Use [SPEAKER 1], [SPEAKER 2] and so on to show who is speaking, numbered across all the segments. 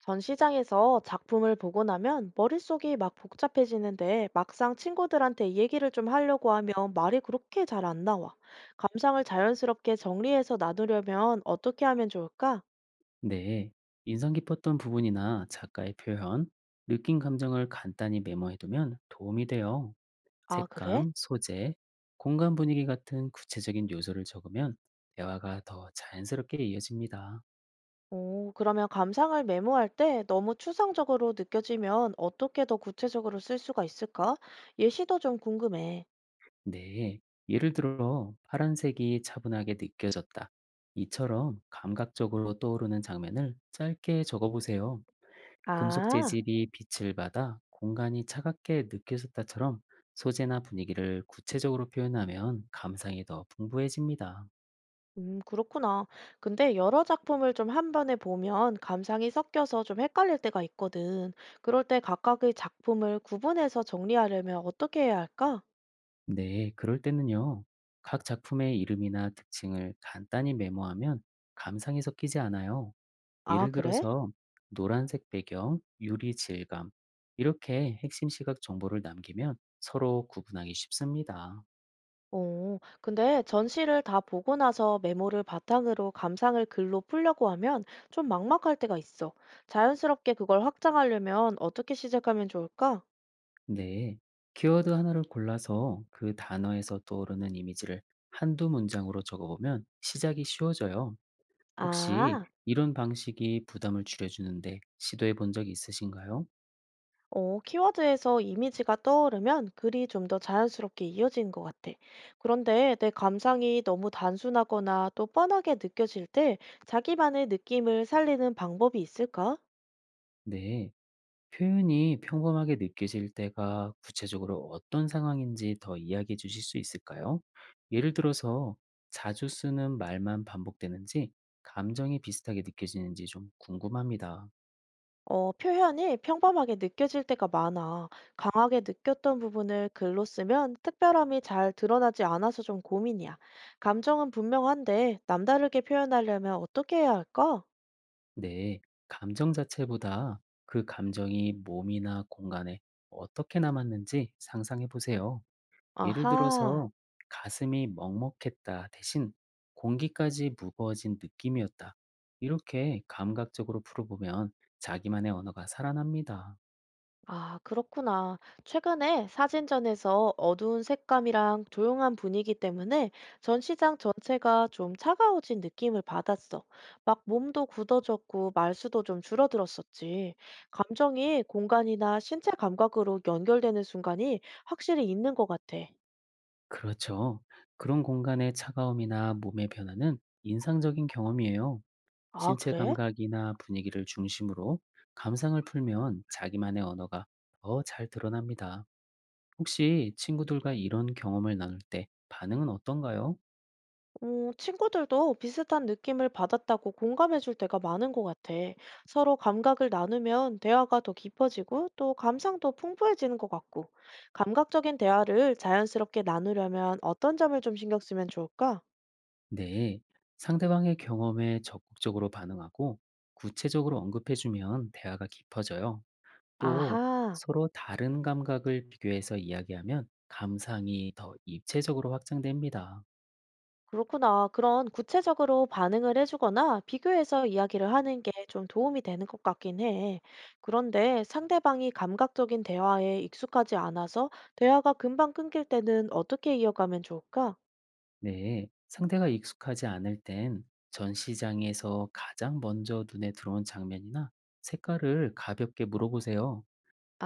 [SPEAKER 1] 전시장에서 작품을 보고 나면 머릿속이 막 복잡해지는데 막상 친구들한테 얘기를 좀 하려고 하면 말이 그렇게 잘 안 나와. 감상을 자연스럽게 정리해서 나누려면 어떻게 하면 좋을까?
[SPEAKER 2] 네, 인상 깊었던 부분이나 작가의 표현, 느낀 감정을 간단히 메모해두면 도움이 돼요.
[SPEAKER 1] 아, 그래?
[SPEAKER 2] 색감, 소재, 공간 분위기 같은 구체적인 요소를 적으면 대화가 더 자연스럽게 이어집니다.
[SPEAKER 1] 오, 그러면 감상을 메모할 때 너무 추상적으로 느껴지면 어떻게 더 구체적으로 쓸 수가 있을까? 예시도 좀 궁금해.
[SPEAKER 2] 네, 예를 들어 파란색이 차분하게 느껴졌다. 이처럼 감각적으로 떠오르는 장면을 짧게 적어보세요. 금속
[SPEAKER 1] 아.
[SPEAKER 2] 재질이 빛을 받아 공간이 차갑게 느껴졌다처럼 소재나 분위기를 구체적으로 표현하면 감상이 더 풍부해집니다.
[SPEAKER 1] 그렇구나. 근데 여러 작품을 좀 한 번에 보면 감상이 섞여서 좀 헷갈릴 때가 있거든. 그럴 때 각각의 작품을 구분해서 정리하려면 어떻게 해야 할까?
[SPEAKER 2] 네, 그럴 때는요. 각 작품의 이름이나 특징을 간단히 메모하면 감상이 섞이지 않아요.
[SPEAKER 1] 아,
[SPEAKER 2] 예를
[SPEAKER 1] 그래?
[SPEAKER 2] 들어서 노란색 배경, 유리 질감, 이렇게 핵심 시각 정보를 남기면 서로 구분하기 쉽습니다.
[SPEAKER 1] 어, 근데 전시를 다 보고 나서 메모를 바탕으로 감상을 글로 풀려고 하면 좀 막막할 때가 있어. 자연스럽게 그걸 확장하려면 어떻게 시작하면 좋을까?
[SPEAKER 2] 네. 키워드 하나를 골라서 그 단어에서 떠오르는 이미지를 한두 문장으로 적어보면 시작이 쉬워져요. 혹시
[SPEAKER 1] 아.
[SPEAKER 2] 이런 방식이 부담을 줄여주는데 시도해 본 적이 있으신가요?
[SPEAKER 1] 어, 키워드에서 이미지가 떠오르면 글이 좀 더 자연스럽게 이어지는 것 같아. 그런데 내 감상이 너무 단순하거나 또 뻔하게 느껴질 때 자기만의 느낌을 살리는 방법이 있을까?
[SPEAKER 2] 네. 표현이 평범하게 느껴질 때가 구체적으로 어떤 상황인지 더 이야기해 주실 수 있을까요? 예를 들어서 자주 쓰는 말만 반복되는지 감정이 비슷하게 느껴지는지 좀 궁금합니다.
[SPEAKER 1] 어, 표현이 평범하게 느껴질 때가 많아. 강하게 느꼈던 부분을 글로 쓰면 특별함이 잘 드러나지 않아서 좀 고민이야. 감정은 분명한데 남다르게 표현하려면 어떻게 해야 할까?
[SPEAKER 2] 네, 감정 자체보다 그 감정이 몸이나 공간에 어떻게 남았는지 상상해 보세요. 예를
[SPEAKER 1] 아하.
[SPEAKER 2] 들어서 가슴이 먹먹했다 대신 공기까지 무거워진 느낌이었다. 이렇게 감각적으로 풀어보면 자기만의 언어가 살아납니다.
[SPEAKER 1] 아, 그렇구나. 최근에 사진전에서 어두운 색감이랑 조용한 분위기 때문에 전시장 전체가 좀 차가워진 느낌을 받았어. 막 몸도 굳어졌고 말수도 좀 줄어들었었지. 감정이 공간이나 신체 감각으로 연결되는 순간이 확실히 있는 것 같아.
[SPEAKER 2] 그렇죠. 그런 공간의 차가움이나 몸의 변화는 인상적인 경험이에요.
[SPEAKER 1] 아,
[SPEAKER 2] 신체
[SPEAKER 1] 그래?
[SPEAKER 2] 감각이나 분위기를 중심으로 감상을 풀면 자기만의 언어가 더 잘 드러납니다. 혹시 친구들과 이런 경험을 나눌 때 반응은 어떤가요?
[SPEAKER 1] 어, 친구들도 비슷한 느낌을 받았다고 공감해 줄 때가 많은 것 같아. 서로 감각을 나누면 대화가 더 깊어지고 또 감상도 풍부해지는 것 같고. 감각적인 대화를 자연스럽게 나누려면 어떤 점을 좀 신경 쓰면 좋을까?
[SPEAKER 2] 네. 상대방의 경험에 적극적으로 반응하고 구체적으로 언급해주면 대화가 깊어져요. 또
[SPEAKER 1] 아하,
[SPEAKER 2] 서로 다른 감각을 비교해서 이야기하면 감상이 더 입체적으로 확장됩니다.
[SPEAKER 1] 그렇구나. 그런 구체적으로 반응을 해주거나 비교해서 이야기를 하는 게 좀 도움이 되는 것 같긴 해. 그런데 상대방이 감각적인 대화에 익숙하지 않아서 대화가 금방 끊길 때는 어떻게 이어가면 좋을까?
[SPEAKER 2] 네, 상대가 익숙하지 않을 땐 전시장에서 가장 먼저 눈에 들어온 장면이나 색깔을 가볍게 물어보세요.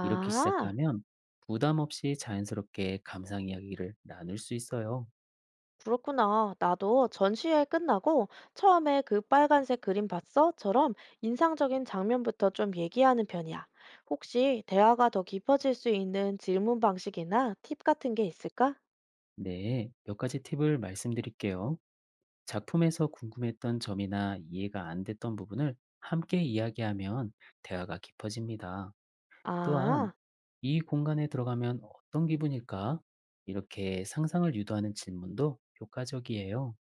[SPEAKER 2] 이렇게 시작하면 부담 없이 자연스럽게 감상 이야기를 나눌 수 있어요.
[SPEAKER 1] 그렇구나. 나도 전시회 끝나고 처음에 "그 빨간색 그림 봤어?"처럼 인상적인 장면부터 좀 얘기하는 편이야. 혹시 대화가 더 깊어질 수 있는 질문 방식이나 팁 같은 게 있을까?
[SPEAKER 2] 네, 몇 가지 팁을 말씀드릴게요. 작품에서 궁금했던 점이나 이해가 안 됐던 부분을 함께 이야기하면 대화가 깊어집니다. 또한
[SPEAKER 1] 아,
[SPEAKER 2] "이 공간에 들어가면 어떤 기분일까?" 이렇게 상상을 유도하는 질문도 효과적이에요.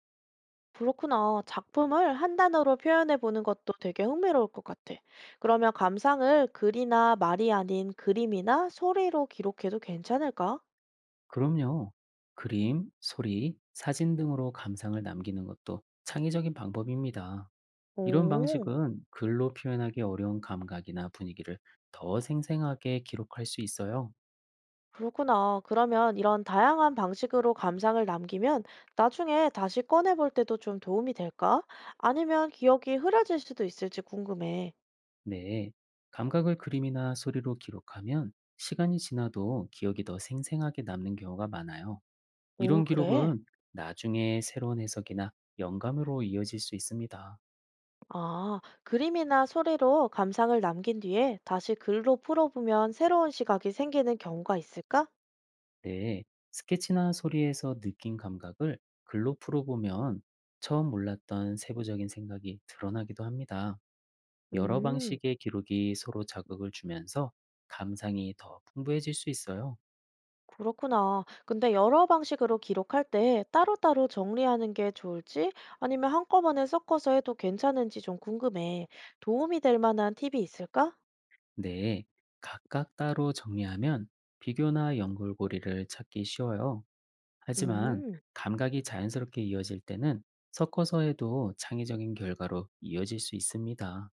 [SPEAKER 1] 그렇구나. 작품을 한 단어로 표현해 보는 것도 되게 흥미로울 것 같아. 그러면 감상을 글이나 말이 아닌 그림이나 소리로 기록해도 괜찮을까?
[SPEAKER 2] 그럼요. 그림, 소리, 사진 등으로 감상을 남기는 것도 창의적인 방법입니다. 이런
[SPEAKER 1] 오.
[SPEAKER 2] 방식은 글로 표현하기 어려운 감각이나 분위기를 더 생생하게 기록할 수 있어요.
[SPEAKER 1] 그렇구나. 그러면 이런 다양한 방식으로 감상을 남기면 나중에 다시 꺼내볼 때도 좀 도움이 될까? 아니면 기억이 흐려질 수도 있을지 궁금해.
[SPEAKER 2] 네. 감각을 그림이나 소리로 기록하면 시간이 지나도 기억이 더 생생하게 남는 경우가 많아요. 이런
[SPEAKER 1] 오, 그래?
[SPEAKER 2] 기록은 나중에 새로운 해석이나 영감으로 이어질 수 있습니다.
[SPEAKER 1] 아, 그림이나 소리로 감상을 남긴 뒤에 다시 글로 풀어보면 새로운 시각이 생기는 경우가 있을까?
[SPEAKER 2] 네, 스케치나 소리에서 느낀 감각을 글로 풀어보면 처음 몰랐던 세부적인 생각이 드러나기도 합니다. 여러
[SPEAKER 1] 음,
[SPEAKER 2] 방식의 기록이 서로 자극을 주면서 감상이 더 풍부해질 수 있어요.
[SPEAKER 1] 그렇구나. 근데 여러 방식으로 기록할 때 따로따로 정리하는 게 좋을지 아니면 한꺼번에 섞어서 해도 괜찮은지 좀 궁금해. 도움이 될 만한 팁이 있을까?
[SPEAKER 2] 네, 각각 따로 정리하면 비교나 연결고리를 찾기 쉬워요. 하지만
[SPEAKER 1] 음,
[SPEAKER 2] 감각이 자연스럽게 이어질 때는 섞어서 해도 창의적인 결과로 이어질 수 있습니다.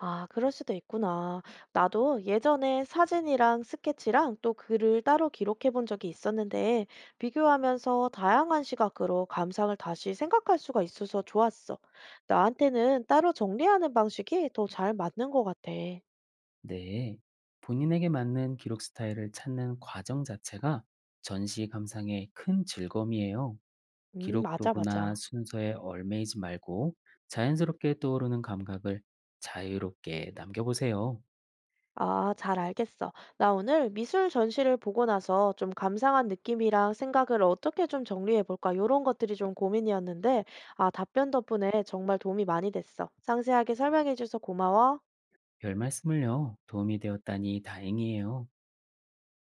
[SPEAKER 1] 아, 그럴 수도 있구나. 나도 예전에 사진이랑 스케치랑 또 글을 따로 기록해 본 적이 있었는데, 비교하면서 다양한 시각으로 감상을 다시 생각할 수가 있어서 좋았어. 나한테는 따로 정리하는 방식이 더 잘 맞는 것 같아.
[SPEAKER 2] 네. 본인에게 맞는 기록 스타일을 찾는 과정 자체가 전시 감상의 큰 즐거움이에요. 기록
[SPEAKER 1] 맞아,
[SPEAKER 2] 도구나
[SPEAKER 1] 맞아.
[SPEAKER 2] 순서에 얽매이지 말고 자연스럽게 떠오르는 감각을 자유롭게 남겨보세요.
[SPEAKER 1] 아, 잘 알겠어. 나 오늘 미술 전시를 보고 나서 좀 감상한 느낌이랑 생각을 어떻게 좀 정리해 볼까? 이런 것들이 좀 고민이었는데, 아, 답변 덕분에 정말 도움이 많이 됐어. 상세하게 설명해 줘서 고마워.
[SPEAKER 2] 별 말씀을요. 도움이 되었다니 다행이에요.